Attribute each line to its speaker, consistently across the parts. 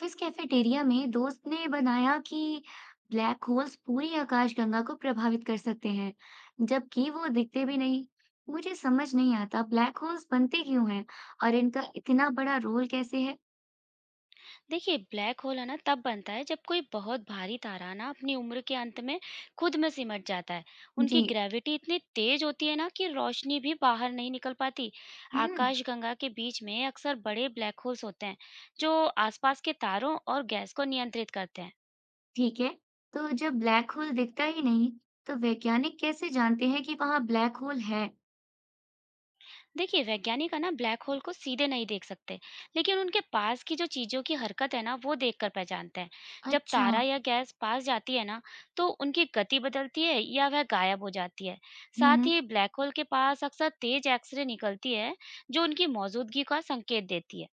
Speaker 1: फिस cafeteria में दोस्त ने बनाया कि ब्लैक होल्स पूरी आकाशगंगा को प्रभावित कर सकते हैं, जबकि वो दिखते भी नहीं। मुझे समझ नहीं आता ब्लैक होल्स बनते क्यों हैं और इनका इतना बड़ा रोल कैसे है?
Speaker 2: देखिए, ब्लैक होल है ना तब बनता है जब कोई बहुत भारी तारा ना अपनी उम्र के अंत में खुद में सिमट जाता है।
Speaker 1: जी,
Speaker 2: उनकी ग्रेविटी इतनी तेज होती है ना कि रोशनी भी बाहर नहीं निकल पाती।
Speaker 1: हम्म,
Speaker 2: आकाश गंगा के बीच में अक्सर बड़े ब्लैक होल्स होते हैं जो आसपास के तारों और गैस को नियंत्रित करते हैं।
Speaker 1: ठीक है। तो जब ब्लैक होल दिखता ही नहीं, तो वैज्ञानिक कैसे जानते हैं कि वहाँ ब्लैक होल है?
Speaker 2: देखिए, वैज्ञानिक है ना ब्लैक होल को सीधे नहीं देख सकते, लेकिन उनके पास की जो चीजों की हरकत है ना वो देखकर पहचानते हैं। जब
Speaker 1: अच्छा,
Speaker 2: तारा या गैस पास जाती है ना तो उनकी गति बदलती है या वह गायब हो जाती है। साथ
Speaker 1: हम्म,
Speaker 2: ही ब्लैक होल के पास अक्सर तेज एक्सरे निकलती है जो उनकी मौजूदगी का संकेत देती है।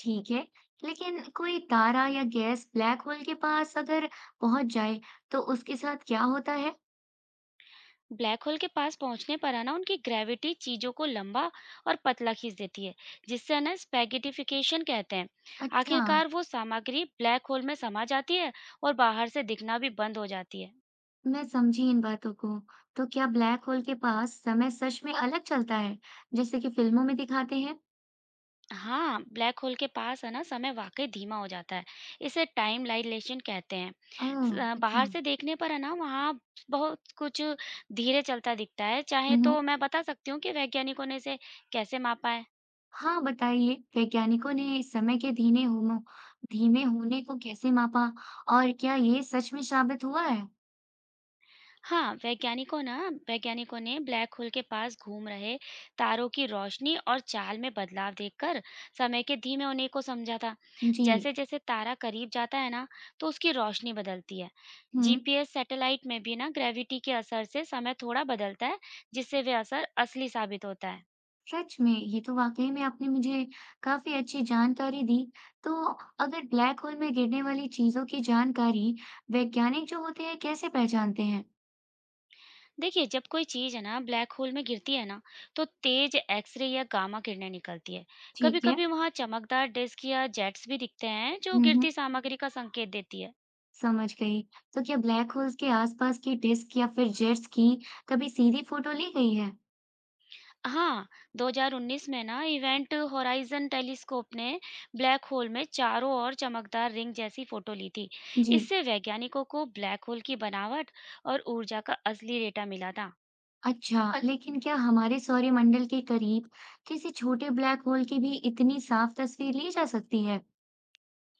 Speaker 1: ठीक है। लेकिन कोई तारा या गैस ब्लैक होल के पास अगर पहुंच जाए, तो उसके साथ क्या होता है?
Speaker 2: ब्लैक होल के पास पहुंचने पर है ना उनकी ग्रेविटी चीजों को लंबा और पतला खींच देती है, जिससे है ना स्पैगेटिफिकेशन कहते हैं।
Speaker 1: अच्छा,
Speaker 2: आखिरकार वो सामग्री ब्लैक होल में समा जाती है और बाहर से दिखना भी बंद हो जाती है।
Speaker 1: मैं समझी इन बातों को। तो क्या ब्लैक होल के पास समय सच में अलग चलता है, जैसे कि फिल्मों में दिखाते हैं?
Speaker 2: हाँ, ब्लैक होल के पास है ना समय वाकई धीमा हो जाता है। इसे टाइम लाइलेशन कहते हैं।
Speaker 1: ओह,
Speaker 2: बाहर
Speaker 1: अच्छा।
Speaker 2: से देखने पर है ना वहाँ बहुत कुछ धीरे चलता दिखता है। चाहे
Speaker 1: हम्म।
Speaker 2: तो मैं बता सकती हूँ कि वैज्ञानिकों ने इसे कैसे मापा है।
Speaker 1: हाँ, बताइए, वैज्ञानिकों ने समय के धीमे होने को कैसे मापा और क्या ये सच में साबित हुआ है?
Speaker 2: हाँ, वैज्ञानिकों ने ब्लैक होल के पास घूम रहे तारों की रोशनी और चाल में बदलाव देखकर समय के धीमे होने को समझा था।
Speaker 1: जी,
Speaker 2: जैसे जैसे तारा करीब जाता है ना, तो उसकी रोशनी बदलती है।
Speaker 1: हम्म,
Speaker 2: जीपीएस सैटेलाइट में भी ना ग्रेविटी के असर से समय थोड़ा बदलता है, जिससे वे असर असली साबित होता है।
Speaker 1: सच में ये तो वाकई में आपने मुझे काफी अच्छी जानकारी दी। तो अगर ब्लैक होल में गिरने वाली चीजों की जानकारी वैज्ञानिक जो होते हैं कैसे पहचानते हैं?
Speaker 2: देखिए, जब कोई चीज़ है ना ब्लैक होल में गिरती है ना तो तेज एक्सरे या गामा किरणें निकलती है। कभी
Speaker 1: ठीक है।
Speaker 2: कभी वहां चमकदार डिस्क या जेट्स भी दिखते हैं जो
Speaker 1: हम्म,
Speaker 2: गिरती सामग्री का संकेत देती है।
Speaker 1: समझ गई। तो क्या ब्लैक होल्स के आसपास की डिस्क या फिर जेट्स की कभी सीधी फोटो ली गई है?
Speaker 2: हाँ, 2019 में ना इवेंट होराइजन टेलीस्कोप ने ब्लैक होल में चारों ओर चमकदार रिंग जैसी फोटो ली थी।
Speaker 1: जी।
Speaker 2: इससे वैज्ञानिकों को ब्लैक होल की बनावट और ऊर्जा का असली डेटा मिला था।
Speaker 1: अच्छा, लेकिन क्या हमारे सौरमंडल के करीब किसी छोटे ब्लैक होल की भी इतनी साफ तस्वीर ली जा सकती है?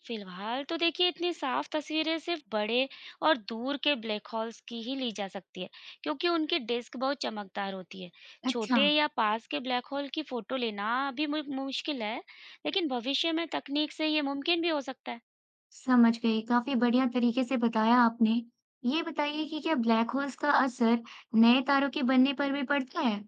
Speaker 2: फिलहाल तो देखिए इतनी साफ तस्वीरें सिर्फ बड़े और दूर के ब्लैक होल्स की ही ली जा सकती है, क्योंकि उनकी डिस्क बहुत चमकदार होती है।
Speaker 1: अच्छा,
Speaker 2: छोटे या पास के ब्लैक होल की फोटो लेना अभी मुश्किल है, लेकिन भविष्य में तकनीक से ये मुमकिन भी हो सकता है।
Speaker 1: समझ गई। काफी बढ़िया तरीके से बताया आपने। ये बताइए कि क्या ब्लैक होल्स का असर नए तारों के बनने पर भी पड़ता है?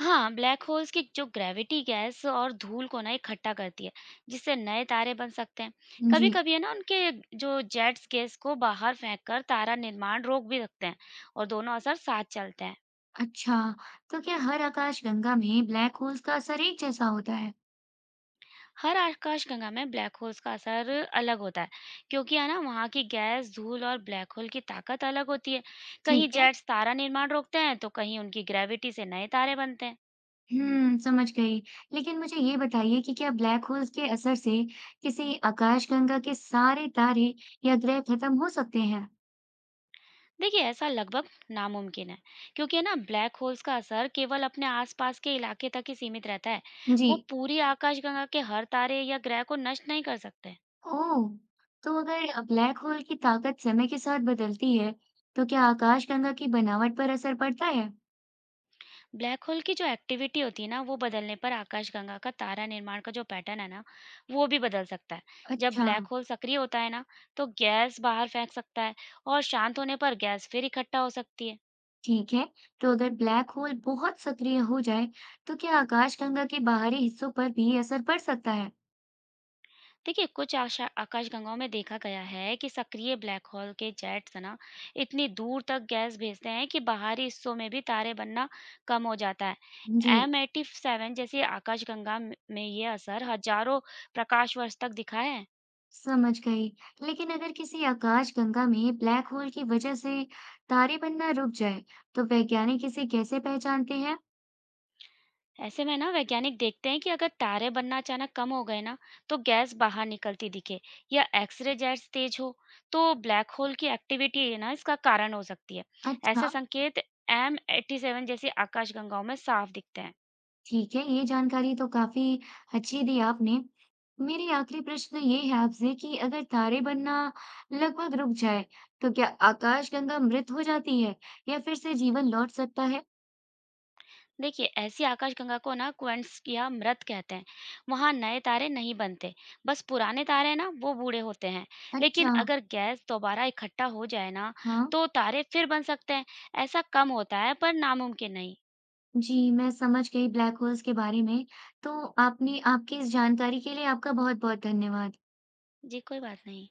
Speaker 2: हाँ, ब्लैक होल्स की जो ग्रेविटी गैस और धूल को ना इकट्ठा करती है, जिससे नए तारे बन सकते हैं। कभी
Speaker 1: जी।
Speaker 2: कभी है ना उनके जो जेट्स गैस को बाहर फेंक कर तारा निर्माण रोक भी सकते हैं, और दोनों असर साथ चलते हैं।
Speaker 1: अच्छा, तो क्या हर आकाश गंगा में ब्लैक होल्स का असर एक जैसा होता है?
Speaker 2: हर आकाशगंगा में ब्लैक होल्स का असर अलग होता है, क्योंकि है ना वहाँ की गैस धूल और ब्लैक होल की ताकत अलग होती है। कहीं
Speaker 1: ठीक है।
Speaker 2: जेट्स तारा निर्माण रोकते हैं तो कहीं उनकी ग्रेविटी से नए तारे बनते हैं।
Speaker 1: हुँ, समझ गई। लेकिन मुझे ये बताइए कि क्या ब्लैक होल्स के असर से किसी आकाशगंगा के सारे तारे या ग्रह खत्म हो सकते हैं?
Speaker 2: देखिए, ऐसा लगभग नामुमकिन है, क्योंकि है ना ब्लैक होल्स का असर केवल अपने आसपास के इलाके तक ही सीमित रहता है।
Speaker 1: जी।
Speaker 2: वो पूरी आकाशगंगा के हर तारे या ग्रह को नष्ट नहीं कर सकते।
Speaker 1: ओह! तो अगर ब्लैक होल की ताकत समय के साथ बदलती है, तो क्या आकाशगंगा की बनावट पर असर पड़ता है?
Speaker 2: ब्लैक होल की जो एक्टिविटी होती है ना, वो बदलने पर आकाशगंगा का तारा निर्माण का जो पैटर्न है ना, वो भी बदल सकता है। जब
Speaker 1: अच्छा,
Speaker 2: ब्लैक होल सक्रिय होता है ना, तो गैस बाहर फेंक सकता है और शांत होने पर गैस फिर इकट्ठा हो सकती है।
Speaker 1: ठीक है। तो अगर ब्लैक होल बहुत सक्रिय हो जाए, तो क्या आकाशगंगा के बाहरी हिस्सों पर भी असर पड़ सकता है?
Speaker 2: देखिए, कुछ आशा आकाशगंगाओं में देखा गया है कि सक्रिय ब्लैक होल के जेट्स ना इतनी दूर तक गैस भेजते हैं कि बाहरी हिस्सों में भी तारे बनना कम हो जाता
Speaker 1: जी।
Speaker 2: है। एम 87 जैसी आकाशगंगा में ये असर हजारों प्रकाश वर्ष तक दिखा है।
Speaker 1: समझ गई। लेकिन अगर किसी आकाशगंगा में ब्लैक होल की वजह से तारे बनना रुक जाए तो वैज्ञानिक इसे कैसे पहचानते हैं?
Speaker 2: ऐसे में ना वैज्ञानिक देखते हैं कि अगर तारे बनना अचानक कम हो गए ना तो गैस बाहर निकलती दिखे या एक्सरे जैस तेज हो तो ब्लैक होल की एक्टिविटी है ना इसका कारण हो सकती है। ऐसे
Speaker 1: अच्छा।
Speaker 2: संकेत M87 जैसी आकाशगंगाओं में साफ दिखते हैं।
Speaker 1: ठीक है, ये जानकारी तो काफी अच्छी दी आपने। मेरी आखिरी प्रश्न ये है आपसे कि अगर तारे बनना लगभग रुक जाए तो क्या आकाशगंगा मृत हो जाती है या फिर से जीवन लौट सकता है?
Speaker 2: देखिए, ऐसी आकाशगंगा को ना क्वेंट्स या मृत कहते हैं। वहाँ नए तारे नहीं बनते, बस पुराने तारे हैं ना वो बूढ़े होते हैं। लेकिन
Speaker 1: अच्छा,
Speaker 2: अगर गैस दोबारा इकट्ठा हो जाए ना
Speaker 1: हाँ,
Speaker 2: तो तारे फिर बन सकते हैं। ऐसा कम होता है पर नामुमकिन नहीं।
Speaker 1: जी, मैं समझ गई ब्लैक होल्स के बारे में। तो आपने आपकी इस जानकारी के लिए आपका बहुत बहुत धन्यवाद।
Speaker 2: जी, कोई बात नहीं।